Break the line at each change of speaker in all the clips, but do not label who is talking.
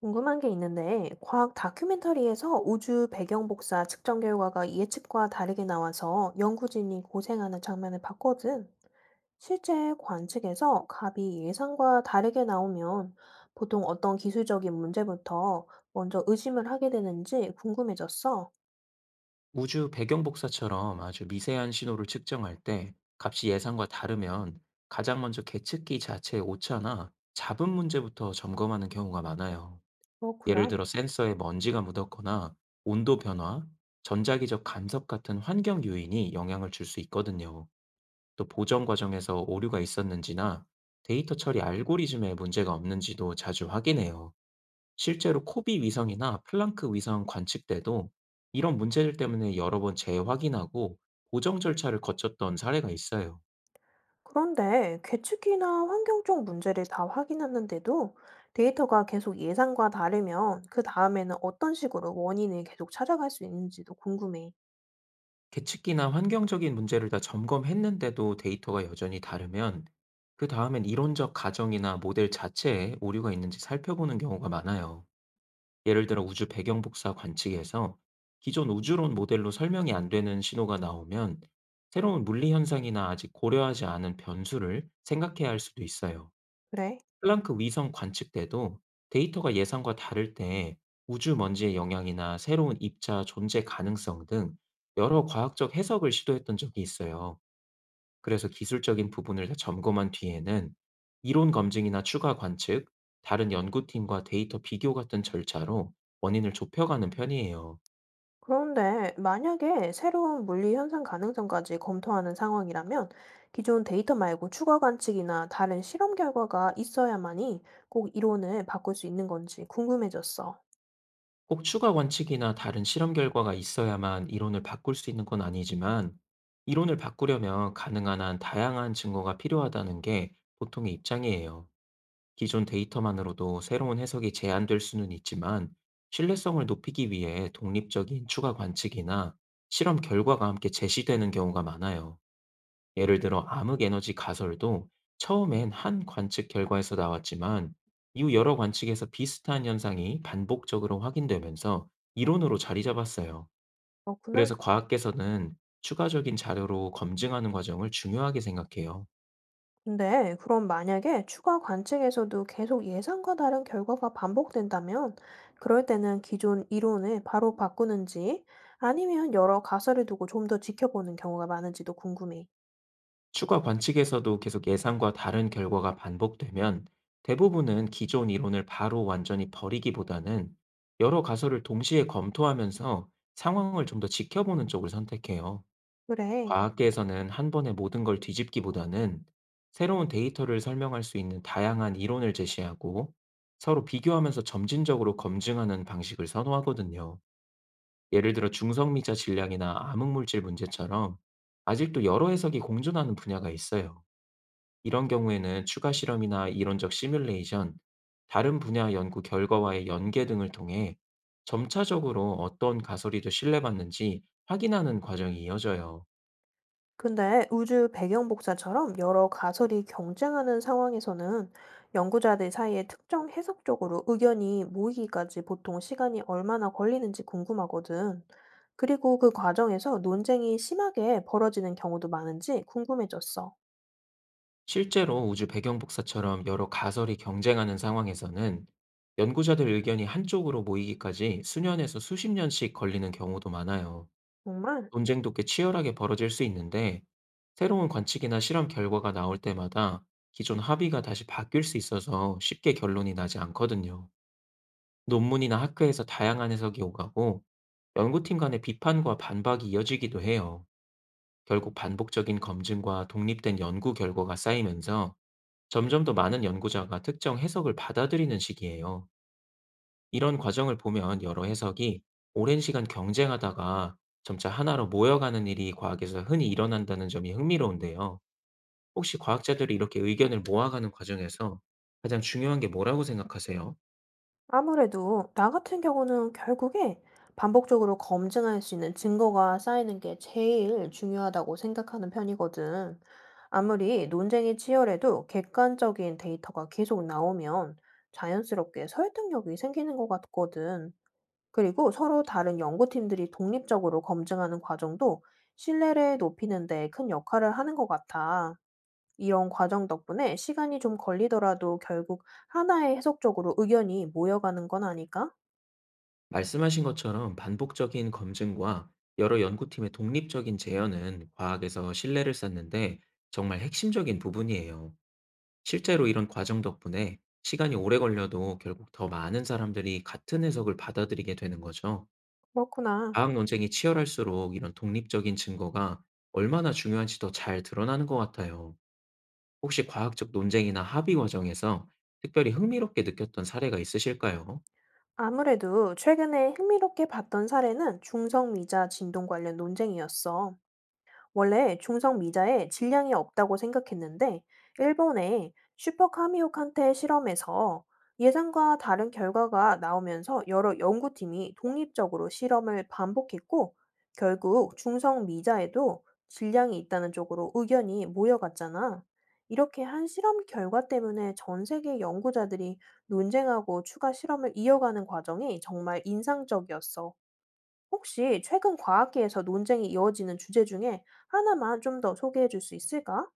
궁금한 게 있는데, 과학 다큐멘터리에서 우주 배경 복사 측정 결과가 예측과 다르게 나와서 연구진이 고생하는 장면을 봤거든. 실제 관측에서 값이 예상과 다르게 나오면 보통 어떤 기술적인 문제부터 먼저 의심을 하게 되는지 궁금해졌어.
우주 배경 복사처럼 아주 미세한 신호를 측정할 때 값이 예상과 다르면, 가장 먼저 계측기 자체의 오차나 잡음 문제부터 점검하는 경우가 많아요. 예를
그렇구나.
들어 센서에 먼지가 묻었거나 온도 변화, 전자기적 간섭 같은 환경 요인이 영향을 줄 수 있거든요. 또 보정 과정에서 오류가 있었는지나 데이터 처리 알고리즘에 문제가 없는지도 자주 확인해요. 실제로 코비 위성이나 플랑크 위성 관측 때도 이런 문제들 때문에 여러 번 재확인하고 보정 절차를 거쳤던 사례가 있어요.
그런데 계측이나 환경적 문제를 다 확인했는데도 데이터가 계속 예상과 다르면 그 다음에는 어떤 식으로 원인을 계속 찾아갈 수 있는지도 궁금해.
계측기나 환경적인 문제를 다 점검했는데도 데이터가 여전히 다르면, 그 다음엔 이론적 가정이나 모델 자체에 오류가 있는지 살펴보는 경우가 많아요. 예를 들어 우주 배경 복사 관측에서 기존 우주론 모델로 설명이 안 되는 신호가 나오면, 새로운 물리 현상이나 아직 고려하지 않은 변수를 생각해야 할 수도 있어요.
그래.
플랑크 위성 관측 때도 데이터가 예상과 다를 때 우주 먼지의 영향이나 새로운 입자 존재 가능성 등 여러 과학적 해석을 시도했던 적이 있어요. 그래서 기술적인 부분을 다 점검한 뒤에는 이론 검증이나 추가 관측, 다른 연구팀과 데이터 비교 같은 절차로 원인을 좁혀가는 편이에요.
그런데 만약에 새로운 물리 현상 가능성까지 검토하는 상황이라면 기존 데이터 말고 추가 관측이나 다른 실험 결과가 있어야만이 꼭 이론을 바꿀 수 있는 건지 궁금해졌어.
꼭 추가 원칙이나 다른 실험 결과가 있어야만 이론을 바꿀 수 있는 건 아니지만, 이론을 바꾸려면 가능한 한 다양한 증거가 필요하다는 게 보통의 입장이에요. 기존 데이터만으로도 새로운 해석이 제한될 수는 있지만, 신뢰성을 높이기 위해 독립적인 추가 관측이나 실험 결과가 함께 제시되는 경우가 많아요. 예를 들어 암흑에너지 가설도 처음엔 한 관측 결과에서 나왔지만, 이후 여러 관측에서 비슷한 현상이 반복적으로 확인되면서 이론으로 자리 잡았어요.
그렇구나.
그래서 과학계에서는 추가적인 자료로 검증하는 과정을 중요하게 생각해요.
근데 그럼 만약에 추가 관측에서도 계속 예상과 다른 결과가 반복된다면 그럴 때는 기존 이론을 바로 바꾸는지 아니면 여러 가설을 두고 좀 더 지켜보는 경우가 많은지도 궁금해.
추가 관측에서도 계속 예상과 다른 결과가 반복되면, 대부분은 기존 이론을 바로 완전히 버리기보다는 여러 가설을 동시에 검토하면서 상황을 좀 더 지켜보는 쪽을 선택해요.
그래.
과학계에서는 한 번에 모든 걸 뒤집기보다는, 새로운 데이터를 설명할 수 있는 다양한 이론을 제시하고 서로 비교하면서 점진적으로 검증하는 방식을 선호하거든요. 예를 들어 중성미자 질량이나 암흑물질 문제처럼 아직도 여러 해석이 공존하는 분야가 있어요. 이런 경우에는 추가 실험이나 이론적 시뮬레이션, 다른 분야 연구 결과와의 연계 등을 통해 점차적으로 어떤 가설이 더 신뢰받는지 확인하는 과정이 이어져요.
근데 우주 배경 복사처럼 여러 가설이 경쟁하는 상황에서는 연구자들 사이에 특정 해석 쪽으로 의견이 모이기까지 보통 시간이 얼마나 걸리는지 궁금하거든. 그리고 그 과정에서 논쟁이 심하게 벌어지는 경우도 많은지 궁금해졌어.
실제로 우주 배경복사처럼 여러 가설이 경쟁하는 상황에서는, 연구자들 의견이 한쪽으로 모이기까지 수년에서 수십 년씩 걸리는 경우도 많아요.
정말?
논쟁도 꽤 치열하게 벌어질 수 있는데, 새로운 관측이나 실험 결과가 나올 때마다 기존 합의가 다시 바뀔 수 있어서 쉽게 결론이 나지 않거든요. 논문이나 학회에서 다양한 해석이 오가고, 연구팀 간의 비판과 반박이 이어지기도 해요. 결국 반복적인 검증과 독립된 연구 결과가 쌓이면서 점점 더 많은 연구자가 특정 해석을 받아들이는 시기예요. 이런 과정을 보면 여러 해석이 오랜 시간 경쟁하다가 점차 하나로 모여가는 일이 과학에서 흔히 일어난다는 점이 흥미로운데요. 혹시 과학자들이 이렇게 의견을 모아가는 과정에서 가장 중요한 게 뭐라고 생각하세요?
아무래도 나 같은 경우는 결국에 반복적으로 검증할 수 있는 증거가 쌓이는 게 제일 중요하다고 생각하는 편이거든. 아무리 논쟁이 치열해도 객관적인 데이터가 계속 나오면 자연스럽게 설득력이 생기는 것 같거든. 그리고 서로 다른 연구팀들이 독립적으로 검증하는 과정도 신뢰를 높이는 데 큰 역할을 하는 것 같아. 이런 과정 덕분에 시간이 좀 걸리더라도 결국 하나의 해석적으로 의견이 모여가는 건 아닐까?
말씀하신 것처럼 반복적인 검증과 여러 연구팀의 독립적인 재현은 과학에서 신뢰를 쌓는데 정말 핵심적인 부분이에요. 실제로 이런 과정 덕분에 시간이 오래 걸려도 결국 더 많은 사람들이 같은 해석을 받아들이게 되는 거죠.
그렇구나.
과학 논쟁이 치열할수록 이런 독립적인 증거가 얼마나 중요한지 더 잘 드러나는 것 같아요. 혹시 과학적 논쟁이나 합의 과정에서 특별히 흥미롭게 느꼈던 사례가 있으실까요?
아무래도 최근에 흥미롭게 봤던 사례는 중성미자 진동 관련 논쟁이었어. 원래 중성 미자에 질량이 없다고 생각했는데, 일본의 슈퍼카미오칸테 실험에서 예상과 다른 결과가 나오면서 여러 연구팀이 독립적으로 실험을 반복했고, 결국 중성 미자에도 질량이 있다는 쪽으로 의견이 모여갔잖아. 이렇게 한 실험 결과 때문에 전 세계 연구자들이 논쟁하고 추가 실험을 이어가는 과정이 정말 인상적이었어. 혹시 최근 과학계에서 논쟁이 이어지는 주제 중에 하나만 좀 더 소개해 줄 수 있을까?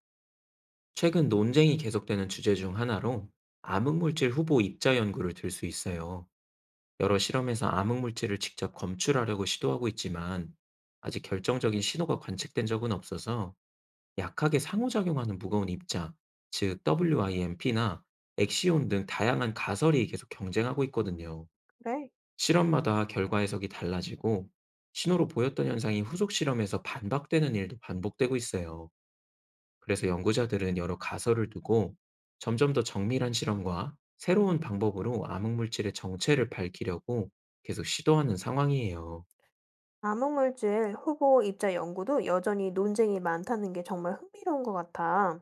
최근 논쟁이 계속되는 주제 중 하나로 암흑물질 후보 입자 연구를 들 수 있어요. 여러 실험에서 암흑 물질을 직접 검출하려고 시도하고 있지만, 아직 결정적인 신호가 관측된 적은 없어서 약하게 상호작용하는 무거운 입자, 즉 WIMP나 엑시온 등 다양한 가설이 계속 경쟁하고 있거든요.
그래.
실험마다 결과 해석이 달라지고, 신호로 보였던 현상이 후속 실험에서 반박되는 일도 반복되고 있어요. 그래서 연구자들은 여러 가설을 두고 점점 더 정밀한 실험과 새로운 방법으로 암흑물질의 정체를 밝히려고 계속 시도하는 상황이에요.
암흑물질 후보 입자 연구도 여전히 논쟁이 많다는 게 정말 흥미로운 것 같아.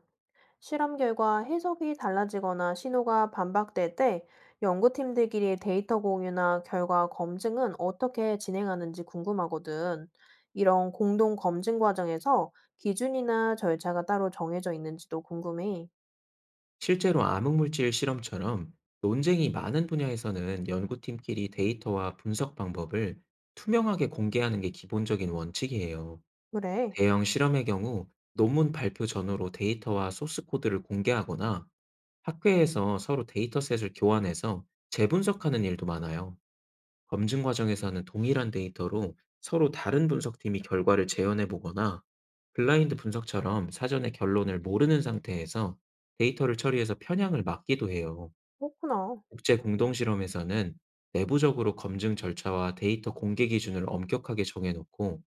실험 결과 해석이 달라지거나 신호가 반박될 때 연구팀들끼리 데이터 공유나 결과 검증은 어떻게 진행하는지 궁금하거든. 이런 공동 검증 과정에서 기준이나 절차가 따로 정해져 있는지도 궁금해.
실제로 암흑물질 실험처럼 논쟁이 많은 분야에서는 연구팀끼리 데이터와 분석 방법을 투명하게 공개하는 게 기본적인 원칙이에요.
그래,
대형 실험의 경우 논문 발표 전후로 데이터와 소스 코드를 공개하거나 학회에서 서로 데이터셋을 교환해서 재분석하는 일도 많아요. 검증 과정에서는 동일한 데이터로 서로 다른 분석팀이 결과를 재현해 보거나, 블라인드 분석처럼 사전에 결론을 모르는 상태에서 데이터를 처리해서 편향을 막기도 해요.
그렇구나.
국제 공동 실험에서는 내부적으로 검증 절차와 데이터 공개 기준을 엄격하게 정해놓고,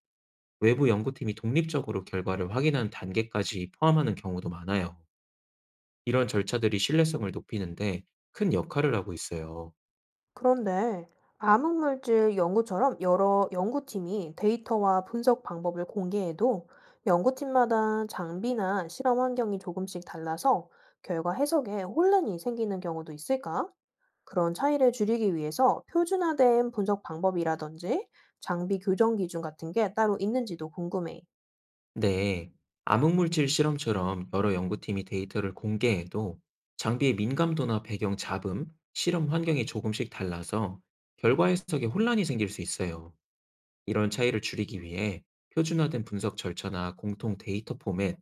외부 연구팀이 독립적으로 결과를 확인하는 단계까지 포함하는 경우도 많아요. 이런 절차들이 신뢰성을 높이는데 큰 역할을 하고 있어요.
그런데 암흑물질 연구처럼 여러 연구팀이 데이터와 분석 방법을 공개해도 연구팀마다 장비나 실험 환경이 조금씩 달라서 결과 해석에 혼란이 생기는 경우도 있을까? 그런 차이를 줄이기 위해서 표준화된 분석 방법이라든지 장비 교정 기준 같은 게 따로 있는지도 궁금해.
네, 암흑물질 실험처럼 여러 연구팀이 데이터를 공개해도 장비의 민감도나 배경 잡음, 실험 환경이 조금씩 달라서 결과 해석에 혼란이 생길 수 있어요. 이런 차이를 줄이기 위해 표준화된 분석 절차나 공통 데이터 포맷,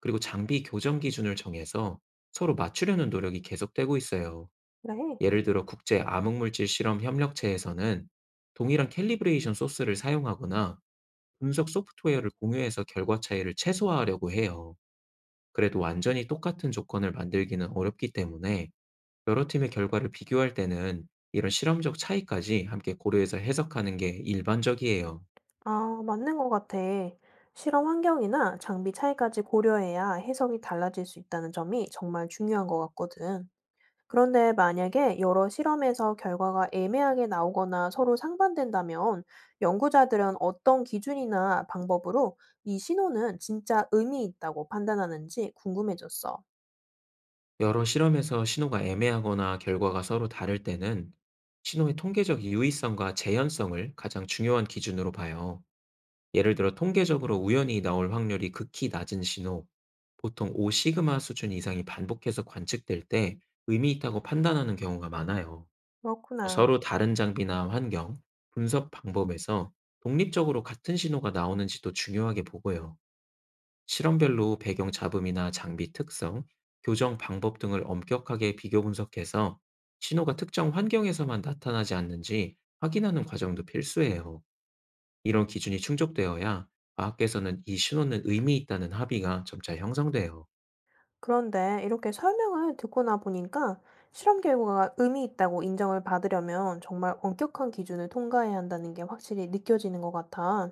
그리고 장비 교정 기준을 정해서 서로 맞추려는 노력이 계속되고 있어요.
그래.
예를 들어 국제 암흑물질 실험 협력체에서는 동일한 캘리브레이션 소스를 사용하거나 분석 소프트웨어를 공유해서 결과 차이를 최소화하려고 해요. 그래도 완전히 똑같은 조건을 만들기는 어렵기 때문에 여러 팀의 결과를 비교할 때는 이런 실험적 차이까지 함께 고려해서 해석하는 게 일반적이에요.
아, 맞는 것 같아. 실험 환경이나 장비 차이까지 고려해야 해석이 달라질 수 있다는 점이 정말 중요한 것 같거든. 그런데 만약에 여러 실험에서 결과가 애매하게 나오거나 서로 상반된다면 연구자들은 어떤 기준이나 방법으로 이 신호는 진짜 의미 있다고 판단하는지 궁금해졌어.
여러 실험에서 신호가 애매하거나 결과가 서로 다를 때는 신호의 통계적 유의성과 재현성을 가장 중요한 기준으로 봐요. 예를 들어 통계적으로 우연히 나올 확률이 극히 낮은 신호, 보통 5시그마 수준 이상이 반복해서 관측될 때 의미 있다고 판단하는 경우가 많아요. 또
그렇구나.
서로 다른 장비나 환경, 분석 방법에서 독립적으로 같은 신호가 나오는지도 중요하게 보고요. 실험별로 배경 잡음이나 장비 특성, 교정 방법 등을 엄격하게 비교 분석해서 신호가 특정 환경에서만 나타나지 않는지 확인하는 과정도 필수예요. 이런 기준이 충족되어야 과학계에서는 이 신호는 의미 있다는 합의가 점차 형성돼요.
그런데 이렇게 설명을 듣고나 보니까 실험 결과가 의미 있다고 인정을 받으려면 정말 엄격한 기준을 통과해야 한다는 게 확실히 느껴지는 것 같아.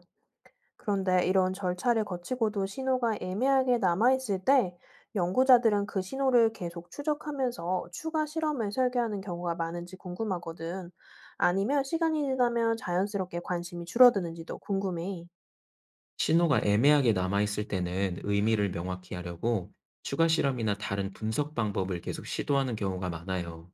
그런데 이런 절차를 거치고도 신호가 애매하게 남아있을 때 연구자들은 그 신호를 계속 추적하면서 추가 실험을 설계하는 경우가 많은지 궁금하거든. 아니면 시간이 지나면 자연스럽게 관심이 줄어드는지도 궁금해.
신호가 애매하게 남아있을 때는 의미를 명확히 하려고 추가 실험이나 다른 분석 방법을 계속 시도하는 경우가 많아요.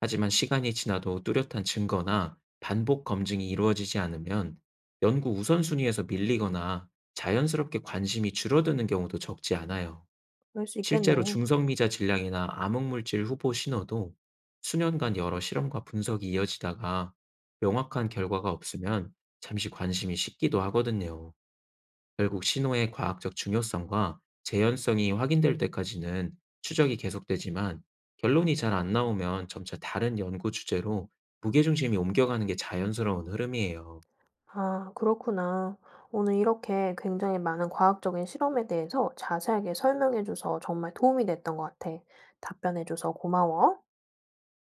하지만 시간이 지나도 뚜렷한 증거나 반복 검증이 이루어지지 않으면 연구 우선순위에서 밀리거나 자연스럽게 관심이 줄어드는 경우도 적지 않아요.
그럴 수 있겠네.
실제로 중성미자 질량이나 암흑물질 후보 신호도 수년간 여러 실험과 분석이 이어지다가 명확한 결과가 없으면 잠시 관심이 식기도 하거든요. 결국 신호의 과학적 중요성과 재현성이 확인될 때까지는 추적이 계속되지만, 결론이 잘 안 나오면 점차 다른 연구 주제로 무게중심이 옮겨가는 게 자연스러운 흐름이에요.
아, 그렇구나. 오늘 이렇게 굉장히 많은 과학적인 실험에 대해서 자세하게 설명해줘서 정말 도움이 됐던 것 같아. 답변해줘서 고마워.